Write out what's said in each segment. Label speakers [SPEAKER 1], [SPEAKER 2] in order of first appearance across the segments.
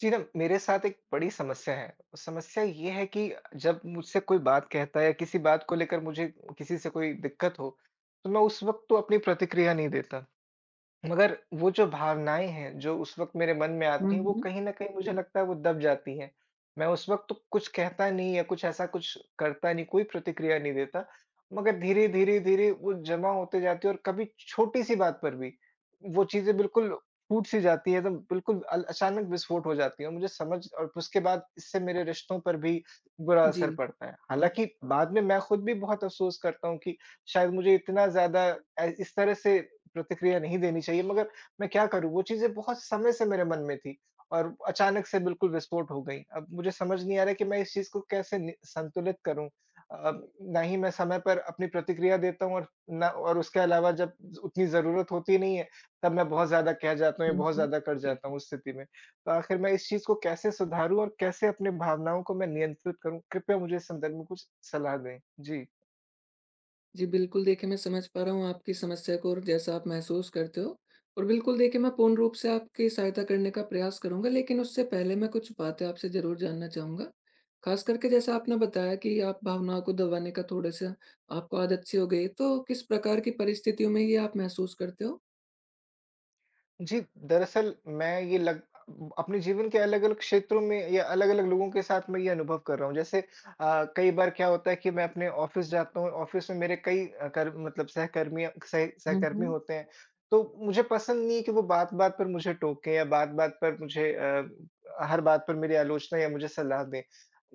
[SPEAKER 1] जी ना, मेरे साथ एक बड़ी समस्या है। समस्या ये है कि जब मुझसे कोई बात कहता है या किसी बात को लेकर मुझे किसी से कोई दिक्कत हो, तो मैं उस वक़्त तो अपनी प्रतिक्रिया नहीं देता। मगर वो जो भावनाएँ हैं, जो उस वक़्त मेरे मन में
[SPEAKER 2] हुँ,
[SPEAKER 1] आती हैं, वो
[SPEAKER 2] हुँ।
[SPEAKER 1] कहीं न कहीं मुझे लगता है वो दब जाती हैं। मैं उस वक़्त तो कुछ कहता नहीं या कुछ ऐसा कुछ करता नहीं, कोई प्रतिक्रिया नहीं देता। मगर धीरे, धीरे, धीरे वो जमा होते जाती है और कभी छोटी-सी बात पर भी, वो चीज़ें बिल्कुल फूट-सी जाती है, एकदम बिल्कुल अल अचानक विस्फोट हो जाती है और मुझे समझ और उसके बाद इससे मेरे रिश्तों पर भी बुरा
[SPEAKER 2] जी।
[SPEAKER 1] असर पड़ता है। हालाँकि बाद में मैं खुद भी बहुत अफ़सोस करता हूँ कि शायद मुझे इतना ज़्यादा इस तरह से प्रतिक्रिया नहीं देनी चाहिए, मगर मैं क्या करूँ? वो चीज़ें बहुत समय से मेरे मन में थी और अचानक से बिल्कुल विस्फोट हो गई। अब मुझे समझ नहीं आ रहा है कि मैं इस चीज़ को कैसे नि संतुलित करूँ? अ, ना ही मैं समय पर अपनी प्रतिक्रिया देता हूँ और उसके अलावा जब उतनी ज़रूरत होती नहीं है, तब मैं बहुत ज़्यादा कह जाता हूँ या
[SPEAKER 2] हुँ,
[SPEAKER 1] बहुत
[SPEAKER 2] हुँ।
[SPEAKER 1] ज़्यादा कर जाता हूँ उस स्थिति में। तो आखिर मैं इस चीज़ को कैसे सुधारूँ और कैसे अपनी भावनाओं को मैं नियंत्रित करूँ? कृपया मुझे इस संदर्भ में कुछ सलाह दें। जी।
[SPEAKER 2] जी, बिल्कुल देखिए, मैं समझ पा रहा हूँ आपकी समस्या को और जैसा आप महसूस करते हो। और बिल्कुल देखिए, मैं पूर्ण रूप से आपकी सहायता करने का प्रयास करूँगा, लेकिन उससे पहले मैं कुछ बातें आपसे ज़रूर जानना चाहूँगा। ख़ास करके जैसा आपने बताया कि आप भावनाओं को दबाने का थोड़ा-सा आपको आदत सी हो गई है, तो किस प्रकार की परिस्थितियों में ये आप महसूस करते हो?
[SPEAKER 1] जी, दरअसल मैं ये लग अपने जीवन के अलग-अलग क्षेत्रों में या अलग-अलग लोगों के साथ मैं ये अनुभव कर रहा हूँ। जैसे कई बार क्या होता है कि मैं अपने ऑफ़िस जाता हूँ, ऑफ़िस में मेरे कई कर मतलब सहकर्मी सह
[SPEAKER 2] हुँ,
[SPEAKER 1] सहकर्मी
[SPEAKER 2] हुँ।
[SPEAKER 1] होते हैं, तो मुझे पसंद नहीं है कि वो बात-बात पर मुझे टोकें या बात-बात पर मुझे हर बात पर मेरी आलोचना या मुझे सलाह दें।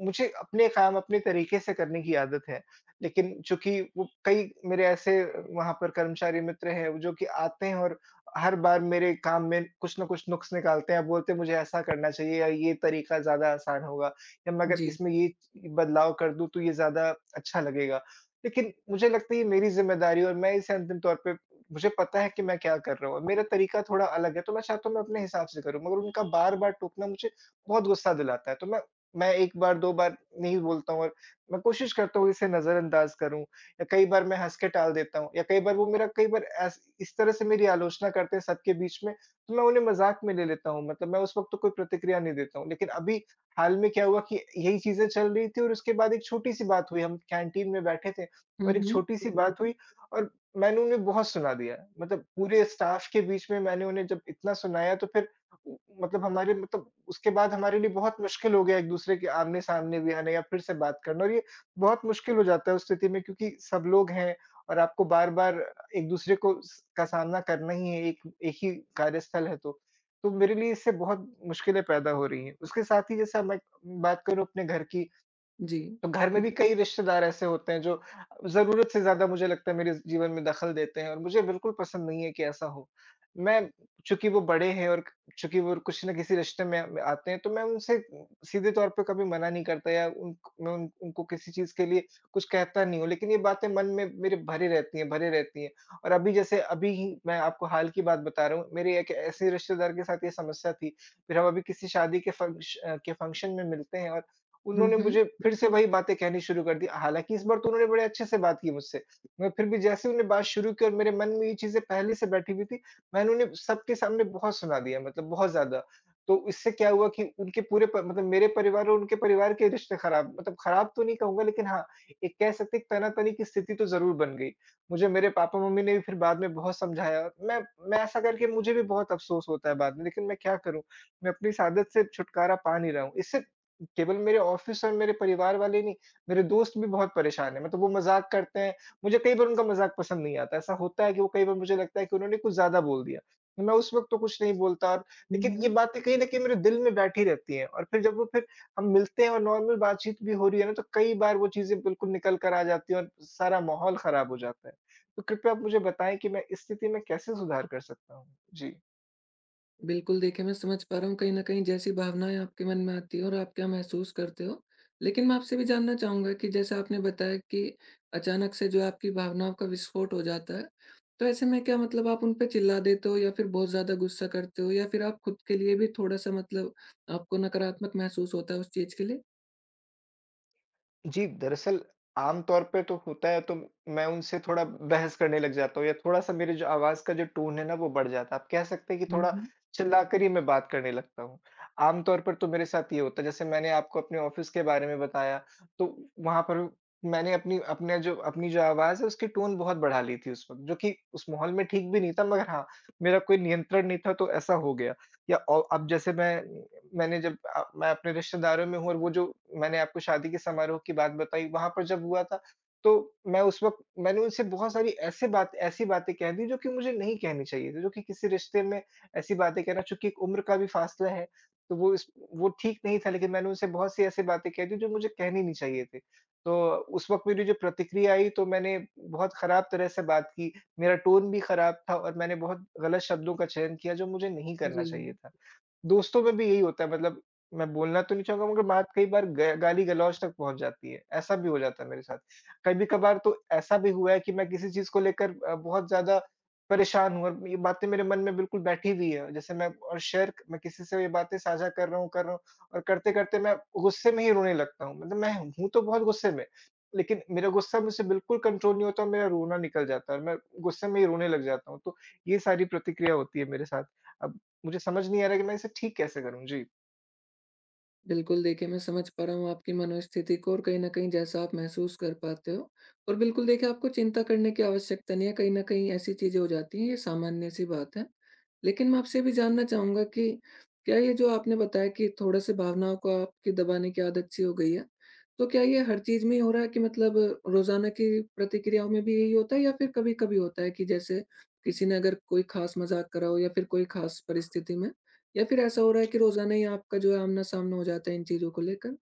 [SPEAKER 1] मुझे अपने काम अपने तरीके से करने की आदत है, लेकिन चूँकि वो कई मेरे ऐसे वहाँ पर कर्मचारी मित्र हैं, जो कि आते हैं और हर बार मेरे काम में कुछ ना कुछ नुक्स निकालते हैं, बोलते हैं मुझे ऐसा करना चाहिए या ये तरीका ज़्यादा आसान होगा, या मैं अगर
[SPEAKER 2] जी।
[SPEAKER 1] इसमें ये बदलाव कर दूँ तो ये ज़्यादा अच्छा लगेगा। लेकिन मुझे लगता है ये मेरी ज़िम्मेदारी है और मैं इसे अंतिम तौर पे मुझे पता है कि मैं क्या कर रहा हूँ और मेरा तरीका थोड़ा अलग है, तो मैं चाहता हूँ मैं अपने हिसाब से करूँ, मगर उनका बार-बार टोकना मुझे बहुत गुस्सा दिलाता है। तो मैं 1 बार, 2 बार नहीं बोलता हूँ और मैं कोशिश करता हूँ इसे नज़रअंदाज करूँ, या कई बार मैं हँस के टाल देता हूँ, या कई बार वो मेरा कई बार ऐस इस तरह से मेरी आलोचना करते हैं सबके बीच में, तो मैं उन्हें मज़ाक में ले लेता हूँ, मतलब मैं उस वक़्त तो कोई प्रतिक्रिया नहीं देता हूँ। लेकिन अभी हाल में क्या हुआ कि यही चीज़ें चल रही थी और उसके बाद एक छोटी-सी बात हुई, हम कैंटीन में बैठे थे
[SPEAKER 2] हुँ,
[SPEAKER 1] और एक
[SPEAKER 2] हुँ।
[SPEAKER 1] छोटी-सी बात हुई और मैंने उन्हें बहुत सुना दिया। मतलब पूरे स्टाफ़ के बीच में मैंने उन्हें जब इतना सुनाया, तो फिर उ मतलब हमारे मतलब उसके बाद हमारे लिए बहुत मुश्किल हो गया एक-दूसरे के आमने-सामने भी आना या फिर से बात करना, और ये बहुत मुश्किल हो जाता है उस स्थिति में, क्योंकि सब लोग हैं और आपको बार-बार एक-दूसरे को स का सामना करना ही है, एक एक ही कार्यस्थल है तो। तो मेरे लिए इससे बहुत मुश्किलें पैदा हो रही हैं। उसके साथ ही जैसे अब मैं बात करूँ अपने घर की,
[SPEAKER 2] जी।
[SPEAKER 1] तो घर में भी कई रिश्तेदार ऐसे होते हैं जो ज़रूरत से ज़्यादा मुझे लगता है मेरे जीवन में दखल देते हैं, और मुझे बिल्कुल पसंद नहीं है कि ऐसा हो। मैं, चूँकि वो बड़े हैं और चूँकि वो कुछ ना किसी रिश्ते में आते हैं, तो मैं उनसे सीधे तौर पे कभी मना नहीं करता या उन मैं उन उनको किसी चीज़ के लिए कुछ कहता नहीं हूँ। लेकिन ये बातें मन में मेरे भरी रहती हैं। और अभी, जैसे अभी ही मैं आपको हाल की बात बता रहा हूँ, मेरे एक ऐसे रिश्तेदार के साथ ये समस्या थी। फिर हम अभी किसी शादी के फंक्शन में मिलते हैं और
[SPEAKER 2] हुँ,
[SPEAKER 1] उन्होंने
[SPEAKER 2] हुँ।
[SPEAKER 1] मुझे फिर से वही बातें कहनी शुरू कर दी। हालाँकि इस बार तो उन्होंने बड़े अच्छे से बात की मुझसे। मैं फिर भी, जैसे ही उन्होंने बात शुरू की और मेरे मन में ये चीज़ें पहले से बैठी हुई थी, मैंने उन्हें सबके सामने बहुत सुना दिया, मतलब बहुत ज़्यादा। तो इससे क्या हुआ कि उनके पूरे प मतलब मेरे परिवार और उनके परिवार के रिश्ते खराब, मतलब खराब तो नहीं कहूँगा, लेकिन हाँ, एक कह सकते हैं तना-तनी की स्थिति तो ज़रूर बन गई। मुझे मेरे पापा-मम्मी ने भी फिर बाद में बहुत समझाया। मैं ऐसा करके मुझे भी बहुत अफ़सोस होता है बाद में, लेकिन मैं क्या करूँ? मैं अपनी इस आदत से छुटकारा पा नहीं रहा हूँ। इससे केवल मेरे ऑफ़िस और मेरे परिवार वाले नहीं, मेरे दोस्त भी बहुत परेशान हैं। मतलब वो मज़ाक करते हैं, मुझे कई बार उनका मज़ाक पसंद नहीं आता। ऐसा होता है कि वो कई बार, मुझे लगता है कि उन्होंने कुछ ज़्यादा बोल दिया। तो मैं उस वक़्त तो कुछ नहीं बोलता,
[SPEAKER 2] हुँ,
[SPEAKER 1] लेकिन ये
[SPEAKER 2] हुँ।
[SPEAKER 1] बातें कहीं न कहीं मेरे दिल में बैठी रहती हैं और फिर जब वो फिर हम मिलते हैं और नॉर्मल बातचीत भी हो रही है ना, तो कई बार वो चीज़ें बिल्कुल निकल कर आ जाती हैं और सारा माहौल ख़राब हो जाता है। तो कृपया आप मुझे बताएँ कि मैं इस स्थिति में कैसे सुधार कर सकता हूँ? जी।
[SPEAKER 2] बिल्कुल, देखिए, मैं समझ पा रहा हूँ कहीं न कहीं जैसी भावनाएँ आपके मन में आती हैं और आप क्या महसूस करते हो। लेकिन मैं आपसे भी जानना चाहूँगा कि जैसा आपने बताया कि अचानक से जो आपकी भावनाओं का विस्फोट हो जाता है, तो ऐसे में क्या आप उन पे चिल्ला देते हो या फिर बहुत ज़्यादा गुस्सा करते हो, या फिर आप खुद के लिए भी थोड़ा-सा आपको नकारात्मक महसूस होता है उस चीज़ के लिए?
[SPEAKER 1] जी, दरअसल आम तौर पे तो होता है, तो मैं उनसे थोड़ा बहस करने लग जाता हूँ या थोड़ा-सा मेरे जो आवाज़ का जो टोन है ना, वो बढ़ जाता है। आप कह सकते हैं कि
[SPEAKER 2] हुँ,
[SPEAKER 1] थोड़ा
[SPEAKER 2] हुँ।
[SPEAKER 1] चिल्लाकर ही मैं बात करने लगता हूँ। आम तौर पर तो मेरे साथ ये होता है, जैसे मैंने आपको अपने ऑफ़िस के बारे में बताया, तो वहाँ पर मैंने अपनी जो आवाज़ है उसकी टोन बहुत बढ़ा ली थी उस वक़्त, जो कि उस माहौल में ठीक भी नहीं था, मगर हाँ, मेरा कोई नियंत्रण नहीं था तो ऐसा हो गया। या औ अब जैसे मैं मैंने जब अ, मैं अपने रिश्तेदारों में हूँ और वो जो मैंने आपको शादी के समारोह की बात बताई, वहाँ पर जब हुआ था, तो मैं उस वक़्त मैंने उनसे बहुत सारी ऐसे बात ऐसी बातें कह दी, जो कि मुझे नहीं कहनी चाहिए थी, जो कि किसी रिश्ते में ऐसी बातें कहना, चूँकि एक उम्र का भी फ़ासला है, तो वो ठीक नहीं था, लेकिन मैंने उनसे बहुत सी ऐसी बातें कह दी जो मुझे कहनी नहीं चाहिए थी। तो उस वक़्त मेरी जो प्रतिक्रिया आई, तो मैंने बहुत ख़राब तरह से बात की, मेरा टोन भी ख़राब था और मैंने बहुत गलत शब्दों का चयन किया, जो मुझे नहीं करना
[SPEAKER 2] जी।
[SPEAKER 1] चाहिए था। दोस्तों में भी यही होता है, मतलब मैं बोलना तो नहीं चाहूँगा, मगर बात कई बार ग गाली-गलौच तक पहुँच जाती है, ऐसा भी हो जाता है मेरे साथ। कभी-कभार तो ऐसा भी हुआ है कि मैं किसी चीज़ को लेकर बहुत ज़्यादा परेशान हूँ और ये बातें मेरे मन में बिल्कुल बैठी हुई है। जैसे मैं और शेयर क मैं किसी से ये बातें साझा कर रहा हूँ, और करते-करते मैं गुस्से में ही रोने लगता हूँ। मतलब मैं हूँ तो बहुत गुस्से में, लेकिन मेरा गुस्सा मुझसे बिल्कुल कंट्रोल नहीं होता और मेरा रोना निकल जाता है और मैं गुस्से में ही रोने लग जाता हूँ। तो ये सारी प्रतिक्रिया होती है मेरे साथ। अब मुझे समझ नहीं आ रहा है कि मैं इसे ठीक कैसे करूँ? जी।
[SPEAKER 2] बिल्कुल, देखिए, मैं समझ पा रहा हूँ आपकी मनोस्थिति को और कहीं न कहीं जैसा आप महसूस कर पाते हो। और बिल्कुल देखिए, आपको चिंता करने की आवश्यकता नहीं है, कहीं न कहीं ऐसी चीज़ें हो जाती हैं, ये सामान्य-सी बात है। लेकिन मैं आपसे ये भी जानना चाहूँगा कि क्या ये जो आपने बताया कि थोड़ा-सा भावनाओं को आपकी दबाने की आदत-सी हो गई है, तो क्या ये हर चीज़ में ही हो रहा है कि रोज़ाना की प्रतिक्रियाओं में भी यही होता है, या फिर कभी-कभी होता है कि जैसे किसी ने अगर कोई ख़ास मज़ाक करा हो या फिर कोई ख़ास परिस्थिति में? या फिर ऐसा हो रहा है कि रोज़ाना ही आपका जो है आमना-सामना हो जाता है इन चीज़ों को लेकर?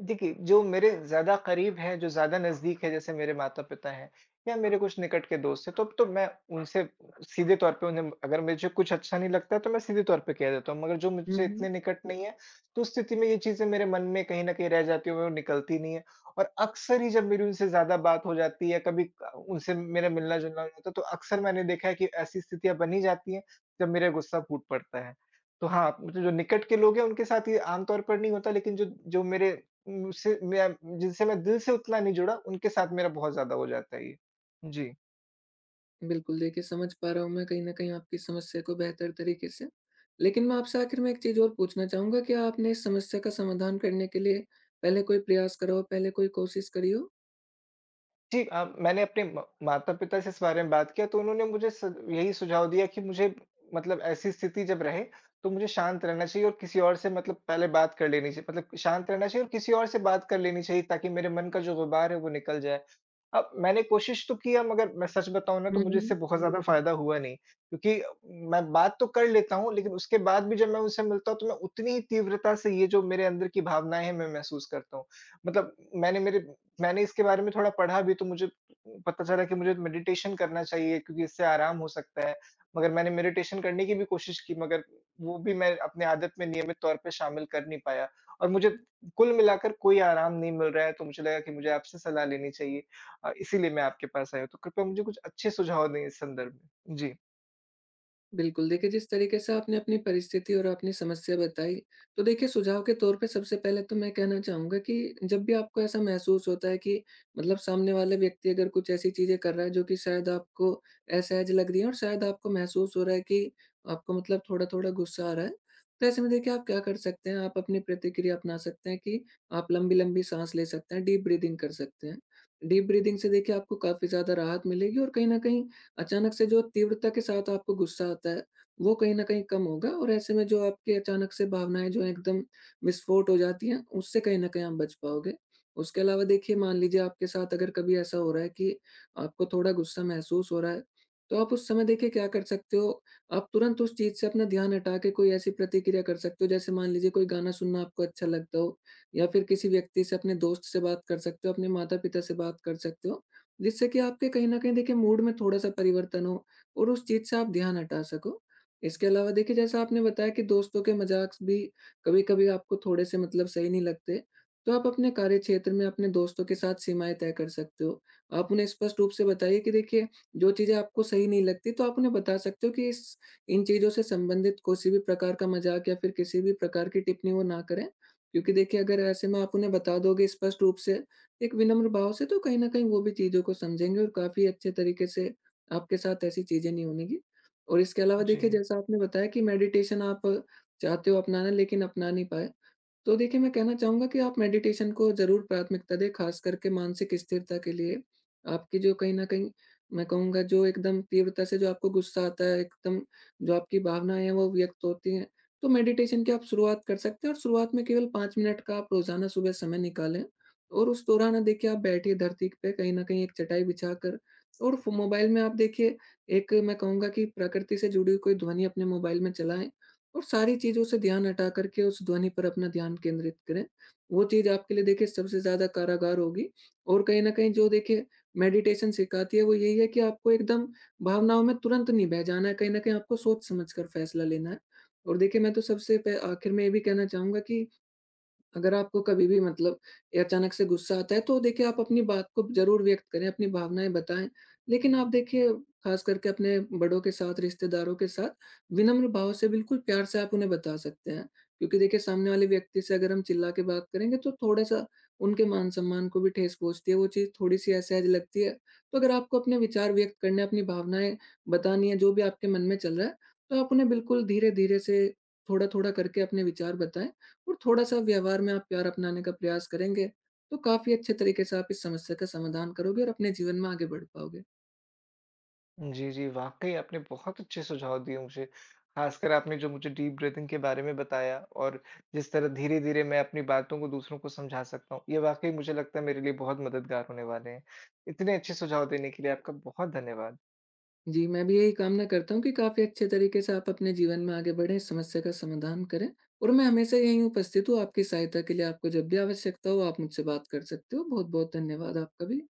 [SPEAKER 1] देखिए, जो मेरे ज़्यादा करीब हैं, जो ज़्यादा नज़दीक हैं, जैसे मेरे माता-पिता हैं या मेरे कुछ निकट के दोस्त हैं, तो मैं उनसे सीधे तौर पे उन्हें, अगर मुझे कुछ अच्छा नहीं लगता है, तो मैं सीधे तौर पे कह देता हूँ। मगर जो
[SPEAKER 2] हुँ,
[SPEAKER 1] मुझसे
[SPEAKER 2] हुँ।
[SPEAKER 1] इतने निकट नहीं है, तो उस स्थिति में ये चीज़ें मेरे मन में कहीं न कहीं रह जाती हैं, वो निकलती नहीं है। और अक्सर ही जब मेरी उनसे ज़्यादा बात हो जाती है, कभी क उनसे मेरा मिलना-जुलना हो जाता है, तो अक्सर मैंने देखा है कि ऐसी स्थितियाँ बन ही जाती हैं, जब मेरा गुस्सा फूट पड़ता है। तो हाँ, मुझे जो निकट के लोग हैं, उनके साथ ये आम तौर पर नहीं होता, लेकिन जो जो मेरे उम, से मैं जिनसे मैं दिल से उतना नहीं जुड़ा, उनके साथ मेरा बहुत ज़्यादा हो जाता है ये। जी।
[SPEAKER 2] बिल्कुल, देखिए, समझ पा रहा हूँ मैं कहीं न कहीं आपकी समस्या को बेहतर तरीके से। लेकिन मैं आपसे आखिर में एक चीज़ और पूछना चाहूँगा, क्या आपने इस समस्या का समाधान करने के लिए पहले कोई प्रयास करा हो, पहले कोई कोशिश करी हो?
[SPEAKER 1] जी, मैंने अपने म माता-पिता से इस बारे में बात किया, तो उन्होंने मुझे स यही सुझाव दिया कि मुझे, मतलब ऐसी स्थिति जब रहे, तो मुझे शांत रहना चाहिए और किसी और से, मतलब पहले बात कर लेनी चाहिए, मतलब शांत रहना चाहिए और किसी और से बात कर लेनी चाहिए, ताकि मेरे मन का जो गुबार है वो निकल जाए। अब मैंने कोशिश तो किया, मगर मैं सच बताऊँ ना, तो
[SPEAKER 2] हुँ,
[SPEAKER 1] मुझे इससे बहुत
[SPEAKER 2] हुँ।
[SPEAKER 1] ज़्यादा फ़ायदा हुआ नहीं, क्योंकि मैं बात तो कर लेता हूँ, लेकिन उसके बाद भी जब मैं उनसे मिलता हूँ, तो मैं उतनी ही तीव्रता से ये जो मेरे अंदर की भावनाएँ हैं मैं महसूस करता हूँ। मतलब मैंने इसके बारे में थोड़ा पढ़ा भी, तो मुझे पता चला कि मुझे मेडिटेशन करना चाहिए, क्योंकि इससे आराम हो सकता है। मगर मैंने मेडिटेशन करने की भी कोशिश की, मगर वो भी मैं अपने आदत में नियमित तौर पे शामिल कर नहीं पाया, और मुझे कुल मिलाकर कोई आराम नहीं मिल रहा है, तो मुझे लगा कि मुझे आपसे सलाह लेनी चाहिए। इसीलिए मैं आपके पास आया हूँ। तो कृपया मुझे कुछ अच्छे सुझाव दें इस संदर्भ में। जी।
[SPEAKER 2] बिल्कुल, देखिए, जिस तरीके से आपने अपनी परिस्थिति और अपनी समस्या बताई, तो देखिए, सुझाव के तौर पे सबसे पहले तो मैं कहना चाहूँगा कि जब भी आपको ऐसा महसूस होता है कि सामने वाला व्यक्ति अगर कुछ ऐसी चीज़ें कर रहा है जो कि शायद आपको असहज लग रही है, और शायद आपको महसूस हो रहा है कि आपको थोड़ा-थोड़ा गुस्सा आ रहा है, तो ऐसे में देखिए, आप क्या कर सकते हैं, आप अपनी प्रतिक्रिया अपना सकते हैं कि आप लंबी-लंबी साँस ले सकते हैं, डीप ब्रीथिंग कर सकते हैं। डीप ब्रीथिंग से देखिए, आपको काफ़ी ज़्यादा राहत मिलेगी और कहीं न कहीं अचानक से जो तीव्रता के साथ आपको गुस्सा आता है, वो कहीं न कहीं कम होगा, और ऐसे में जो आपकी अचानक से भावनाएँ जो हैं एकदम विस्फोट हो जाती हैं, उससे कहीं न कहीं आप बच पाओगे। उसके अलावा देखिए, मान लीजिए आपके साथ अगर कभी ऐसा हो रहा है कि आपको थोड़ा गुस्सा महसूस हो रहा है, तो आप उस समय देखिए क्या कर सकते हो, आप तुरंत उस चीज़ से अपना ध्यान हटा के कोई ऐसी प्रतिक्रिया कर सकते हो, जैसे मान लीजिए कोई गाना सुनना आपको अच्छा लगता हो, या फिर किसी व्यक्ति से, अपने दोस्त से बात कर सकते हो, अपने माता-पिता से बात कर सकते हो। जिससे कि आपके कहीं न कहीं देखिए मूड में थोड़ा-सा परिवर्तन हो और उस चीज़ से आप ध्यान हटा सको। इसके अलावा देखिए, जैसा आपने बताया कि दोस्तों के मज़ाक भी कभी-कभी आपको थोड़े से सही नहीं लगते, तो आप अपने कार्यक्षेत्र में अपने दोस्तों के साथ सीमाएँ तय कर सकते हो। आप उन्हें स्पष्ट रूप से बताइए कि देखिए, जो चीज़ें आपको सही नहीं लगती, तो आप उन्हें बता सकते हो कि इस इन चीज़ों से संबंधित किसी भी प्रकार का मज़ाक या फिर किसी भी प्रकार की टिप्पणी वो ना करें। क्योंकि देखिए, अगर ऐसे में आप उन्हें बता दोगे स्पष्ट रूप से एक विनम्र भाव से, तो कहीं न कहीं वो भी चीज़ों को समझेंगे और काफ़ी अच्छे तरीके से आपके साथ ऐसी चीज़ें नहीं होंगी। और इसके अलावा
[SPEAKER 1] जी।
[SPEAKER 2] देखिए, जैसा आपने बताया कि मेडिटेशन आप चाहते हो अपनाना, लेकिन अपना नहीं पाए। तो देखिए, मैं कहना चाहूँगा कि आप मेडिटेशन को ज़रूर प्राथमिकता दें, ख़ास करके मानसिक स्थिरता के लिए। आपकी जो कहीं न कहीं मैं कहूँगा, जो एकदम तीव्रता से जो आपको गुस्सा आता है, एकदम जो आपकी भावनाएँ हैं वो व्यक्त होती हैं, तो मेडिटेशन की आप शुरुआत कर सकते हैं, और शुरुआत में केवल 5 मिनट का आप रोज़ाना सुबह समय निकालें। और उस दौरान ना देखिए, आप बैठिए धरती पे कहीं न कहीं एक चटाई बिछाकर, और फ़ो मोबाइल में आप देखिए, एक मैं कहूँगा कि प्रकृति से जुड़ी हुई कोई ध्वनि अपने मोबाइल में चलाएँ, और सारी चीज़ों से ध्यान हटा कर के उस ध्वनि पर अपना ध्यान केंद्रित करें। वो चीज़ आपके लिए देखिए सबसे ज़्यादा कारागार होगी, और कहीं न कहीं जो देखिए मेडिटेशन सिखाती है वो यही है कि आपको एकदम भावनाओं में तुरंत नहीं बह जाना है, कहीं न कहीं आपको सोच समझ कर फैसला लेना है। और देखिए, मैं तो सबसे पह आखिर में ये भी कहना चाहूँगा कि अगर आपको कभी भी अचानक से गुस्सा आता है, तो देखिए, आप अपनी बात को ज़रूर व्यक्त करें, अपनी भावनाएँ बताएँ। लेकिन आप देखिए, ख़ास करके अपने बड़ों के साथ, रिश्तेदारों के साथ विनम्र भाव से, बिल्कुल प्यार से आप उन्हें बता सकते हैं। क्योंकि देखिए, सामने वाले व्यक्ति से अगर हम चिल्ला के बात करेंगे, तो थोड़ा-सा उनके मान-सम्मान को भी ठेस पहुँचती है, वो चीज़ थोड़ी-सी असहज लगती है। तो अगर आपको अपने विचार व्यक्त करने, अपनी भावनाएँ बतानी है, जो भी आपके मन में चल रहा है, तो आप उन्हें बिल्कुल धीरे-धीरे से, थोड़ा-थोड़ा करके अपने विचार बताएँ, और थोड़ा-सा व्यवहार में आप प्यार अपनाने का प्रयास करेंगे, तो काफ़ी अच्छे तरीके से आप इस समस्या का समाधान करोगे और अपने जीवन में आगे बढ़ पाओगे।
[SPEAKER 1] जी, जी, वाक़ई आपने बहुत अच्छे सुझाव दिए मुझे। ख़ासकर आपने जो मुझे डीप ब्रीथिंग के बारे में बताया, और जिस तरह धीरे-धीरे मैं अपनी बातों को दूसरों को समझा सकता हूँ, ये वाक़ई मुझे लगता है मेरे लिए बहुत मददगार होने वाले हैं। इतने अच्छे सुझाव देने के लिए आपका बहुत धन्यवाद।
[SPEAKER 2] जी, मैं भी यही कामना करता हूँ कि काफ़ी अच्छे तरीके से आप अपने जीवन में आगे बढ़ें, इस समस्या का समाधान करें, और मैं हमेशा यहीं उपस्थित हूँ आपकी सहायता के लिए। आपको जब भी आवश्यकता हो, आप मुझसे बात कर सकते हो। बहुत-बहुत धन्यवाद आपका भी।